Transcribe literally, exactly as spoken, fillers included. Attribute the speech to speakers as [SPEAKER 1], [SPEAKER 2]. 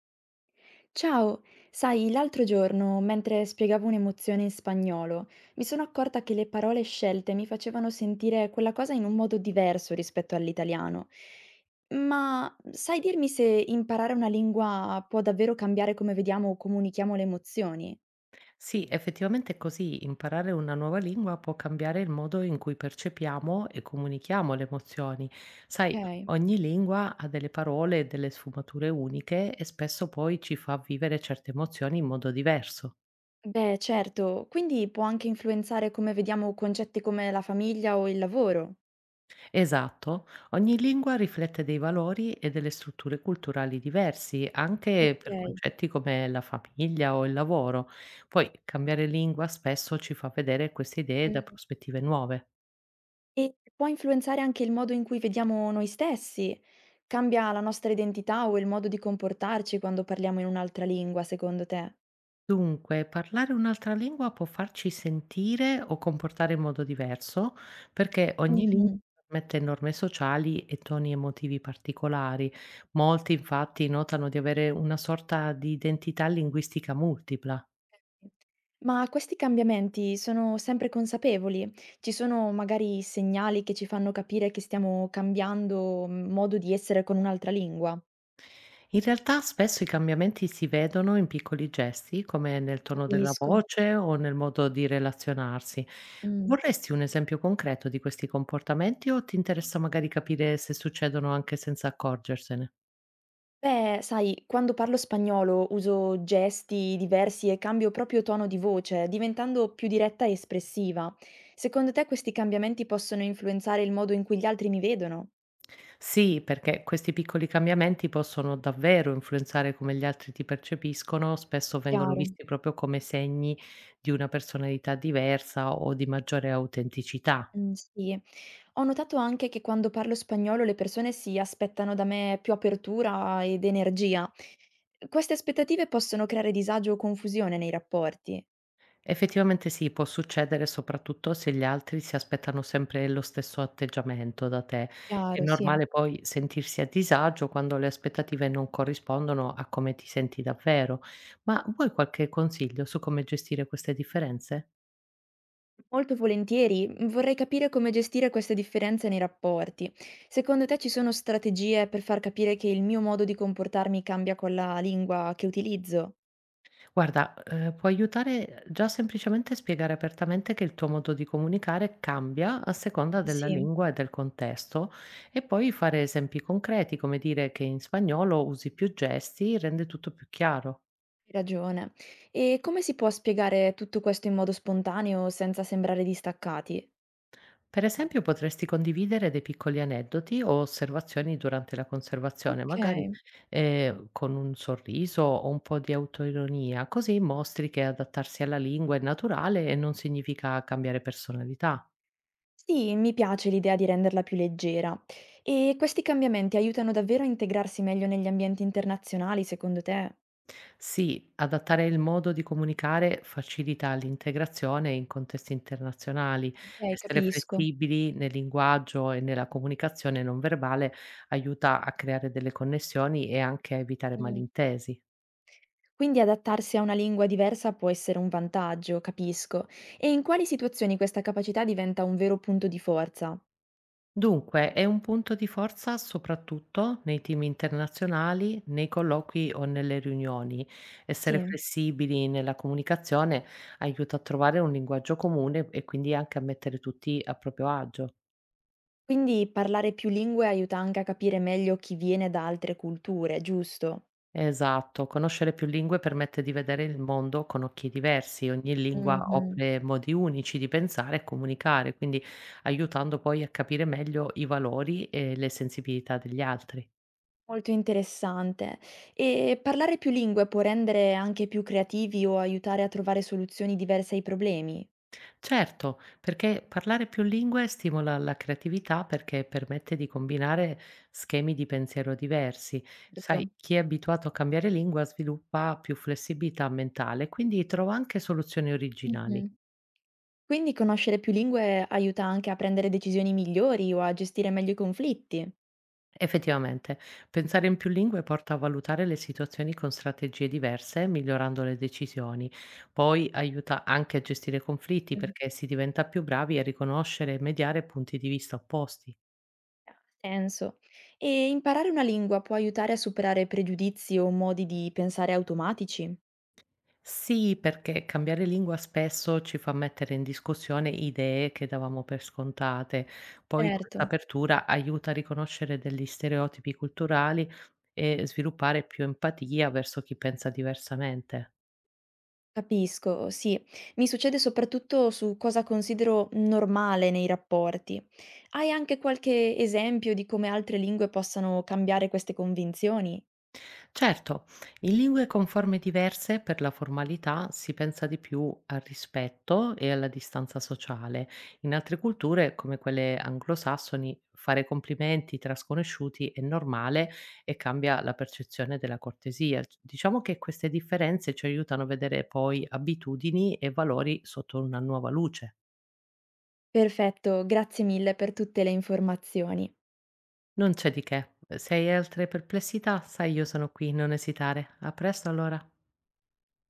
[SPEAKER 1] Ciao, sai, l'altro giorno, mentre spiegavo un'emozione in spagnolo, mi sono accorta che le parole scelte mi facevano sentire quella cosa in un modo diverso rispetto all'italiano. Ma sai dirmi se imparare una lingua può davvero cambiare come vediamo o comunichiamo le emozioni?
[SPEAKER 2] Sì, effettivamente è così. Imparare una nuova lingua può cambiare il modo in cui percepiamo e comunichiamo le emozioni. Sai,
[SPEAKER 1] Ok.
[SPEAKER 2] ogni lingua ha delle parole e delle sfumature uniche e spesso poi ci fa vivere certe emozioni in modo diverso.
[SPEAKER 1] Beh, certo, quindi può anche influenzare come vediamo concetti come la famiglia o il lavoro.
[SPEAKER 2] Esatto, ogni lingua riflette dei valori e delle strutture culturali diversi, anche per
[SPEAKER 1] Ok.
[SPEAKER 2] concetti come la famiglia o il lavoro. Poi cambiare lingua spesso ci fa vedere queste idee da
[SPEAKER 1] Mm.
[SPEAKER 2] prospettive nuove.
[SPEAKER 1] E può influenzare anche il modo in cui vediamo noi stessi? Cambia la nostra identità o il modo di comportarci quando parliamo in un'altra lingua, secondo te?
[SPEAKER 2] Dunque, parlare un'altra lingua può farci sentire o comportare in modo diverso, perché ogni lingua
[SPEAKER 1] Mhm.
[SPEAKER 2] permette norme sociali e toni emotivi particolari. Molti infatti notano di avere una sorta di identità linguistica multipla.
[SPEAKER 1] Ma questi cambiamenti sono sempre consapevoli? Ci sono magari segnali che ci fanno capire che stiamo cambiando mhmm, modo di essere con un'altra lingua?
[SPEAKER 2] In realtà spesso i cambiamenti si vedono in piccoli gesti, come nel tono della
[SPEAKER 1] Capisco.
[SPEAKER 2] voce o nel modo di relazionarsi.
[SPEAKER 1] Mm.
[SPEAKER 2] Vorresti un esempio concreto di questi comportamenti o ti interessa magari capire se succedono anche senza accorgersene?
[SPEAKER 1] Beh, sai, quando parlo spagnolo uso gesti diversi e cambio proprio tono di voce, diventando più diretta e espressiva. Secondo te questi cambiamenti possono influenzare il modo in cui gli altri mi vedono?
[SPEAKER 2] Sì, perché questi piccoli cambiamenti possono davvero influenzare come gli altri ti percepiscono, spesso vengono
[SPEAKER 1] Chiaro.
[SPEAKER 2] visti proprio come segni di una personalità diversa o di maggiore autenticità.
[SPEAKER 1] Mm, sì, ho notato anche che quando parlo spagnolo le persone si aspettano da me più apertura ed energia. Queste aspettative possono creare disagio o confusione nei rapporti.
[SPEAKER 2] Effettivamente sì, può succedere soprattutto se gli altri si aspettano sempre lo stesso atteggiamento da te. È
[SPEAKER 1] Chiaro, sì.
[SPEAKER 2] normale poi sentirsi a disagio quando le aspettative non corrispondono a come ti senti davvero. Ma vuoi qualche consiglio su come gestire queste differenze?
[SPEAKER 1] Molto volentieri, mm, vorrei capire come gestire queste differenze nei rapporti. Secondo te ci sono strategie per far capire che il mio modo di comportarmi cambia con la lingua che utilizzo?
[SPEAKER 2] Guarda, ehm, può aiutare già semplicemente spiegare apertamente che il tuo modo di comunicare cambia a seconda della
[SPEAKER 1] Sì,
[SPEAKER 2] lingua e del contesto e poi fare esempi concreti, come dire che in spagnolo usi più gesti, rende tutto più chiaro.
[SPEAKER 1] hai ragione. E come si può spiegare tutto questo in modo spontaneo senza sembrare distaccati?
[SPEAKER 2] Per esempio, potresti condividere dei piccoli aneddoti o osservazioni durante la conservazione,
[SPEAKER 1] Ok.
[SPEAKER 2] magari, ehm, con un sorriso o un po' di autoironia, così mostri che adattarsi alla lingua è naturale e non significa cambiare personalità.
[SPEAKER 1] Sì, mi piace l'idea di renderla più leggera. E questi cambiamenti aiutano davvero a integrarsi meglio negli ambienti internazionali, secondo te?
[SPEAKER 2] Sì, adattare il modo di comunicare facilita l'integrazione in contesti internazionali.
[SPEAKER 1] Ok,
[SPEAKER 2] Essere
[SPEAKER 1] capisco.
[SPEAKER 2] flessibili nel linguaggio e nella comunicazione non verbale aiuta a creare delle connessioni e anche a evitare
[SPEAKER 1] Mm.
[SPEAKER 2] malintesi.
[SPEAKER 1] Quindi adattarsi a una lingua diversa può essere un vantaggio, capisco. E in quali situazioni questa capacità diventa un vero punto di forza?
[SPEAKER 2] Dunque, è un punto di forza soprattutto nei team internazionali, nei colloqui o nelle riunioni. Essere
[SPEAKER 1] Sì.
[SPEAKER 2] flessibili nella comunicazione aiuta a trovare un linguaggio comune e quindi anche a mettere tutti a proprio agio.
[SPEAKER 1] Quindi parlare più lingue aiuta anche a capire meglio chi viene da altre culture, giusto?
[SPEAKER 2] Esatto, conoscere più lingue permette di vedere il mondo con occhi diversi, ogni lingua
[SPEAKER 1] Mhm,
[SPEAKER 2] offre modi unici di pensare e comunicare, quindi aiutando poi a capire meglio i valori e le sensibilità degli altri.
[SPEAKER 1] molto interessante. E parlare più lingue può rendere anche più creativi o aiutare a trovare soluzioni diverse ai problemi?
[SPEAKER 2] Certo, perché parlare più lingue stimola la creatività perché permette di combinare schemi di pensiero diversi. Sai,
[SPEAKER 1] Certo.
[SPEAKER 2] chi è abituato a cambiare lingua sviluppa più flessibilità mentale, quindi trova anche soluzioni originali.
[SPEAKER 1] Mhm. Quindi conoscere più lingue aiuta anche a prendere decisioni migliori o a gestire meglio i conflitti?
[SPEAKER 2] Effettivamente, pensare in più lingue porta a valutare le situazioni con strategie diverse, migliorando le decisioni. Poi aiuta anche a gestire conflitti perché si diventa più bravi a riconoscere e mediare punti di vista opposti.
[SPEAKER 1] Ha senso. E imparare una lingua può aiutare a superare pregiudizi o modi di pensare automatici?
[SPEAKER 2] Sì, perché cambiare lingua spesso ci fa mettere in discussione idee che davamo per scontate. Poi
[SPEAKER 1] Certo,
[SPEAKER 2] questa apertura aiuta a riconoscere degli stereotipi culturali e sviluppare più empatia verso chi pensa diversamente.
[SPEAKER 1] capisco, sì. Mi succede soprattutto su cosa considero normale nei rapporti. Hai anche qualche esempio di come altre lingue possano cambiare queste convinzioni?
[SPEAKER 2] Certo, in lingue con forme diverse per la formalità si pensa di più al rispetto e alla distanza sociale. In altre culture, come quelle anglosassoni, fare complimenti tra sconosciuti è normale e cambia la percezione della cortesia. Diciamo che queste differenze ci aiutano a vedere poi abitudini e valori sotto una nuova luce.
[SPEAKER 1] Perfetto, grazie mille per tutte le informazioni.
[SPEAKER 2] Non c'è di che. Se hai altre perplessità, sai, io sono qui, non esitare. A presto allora.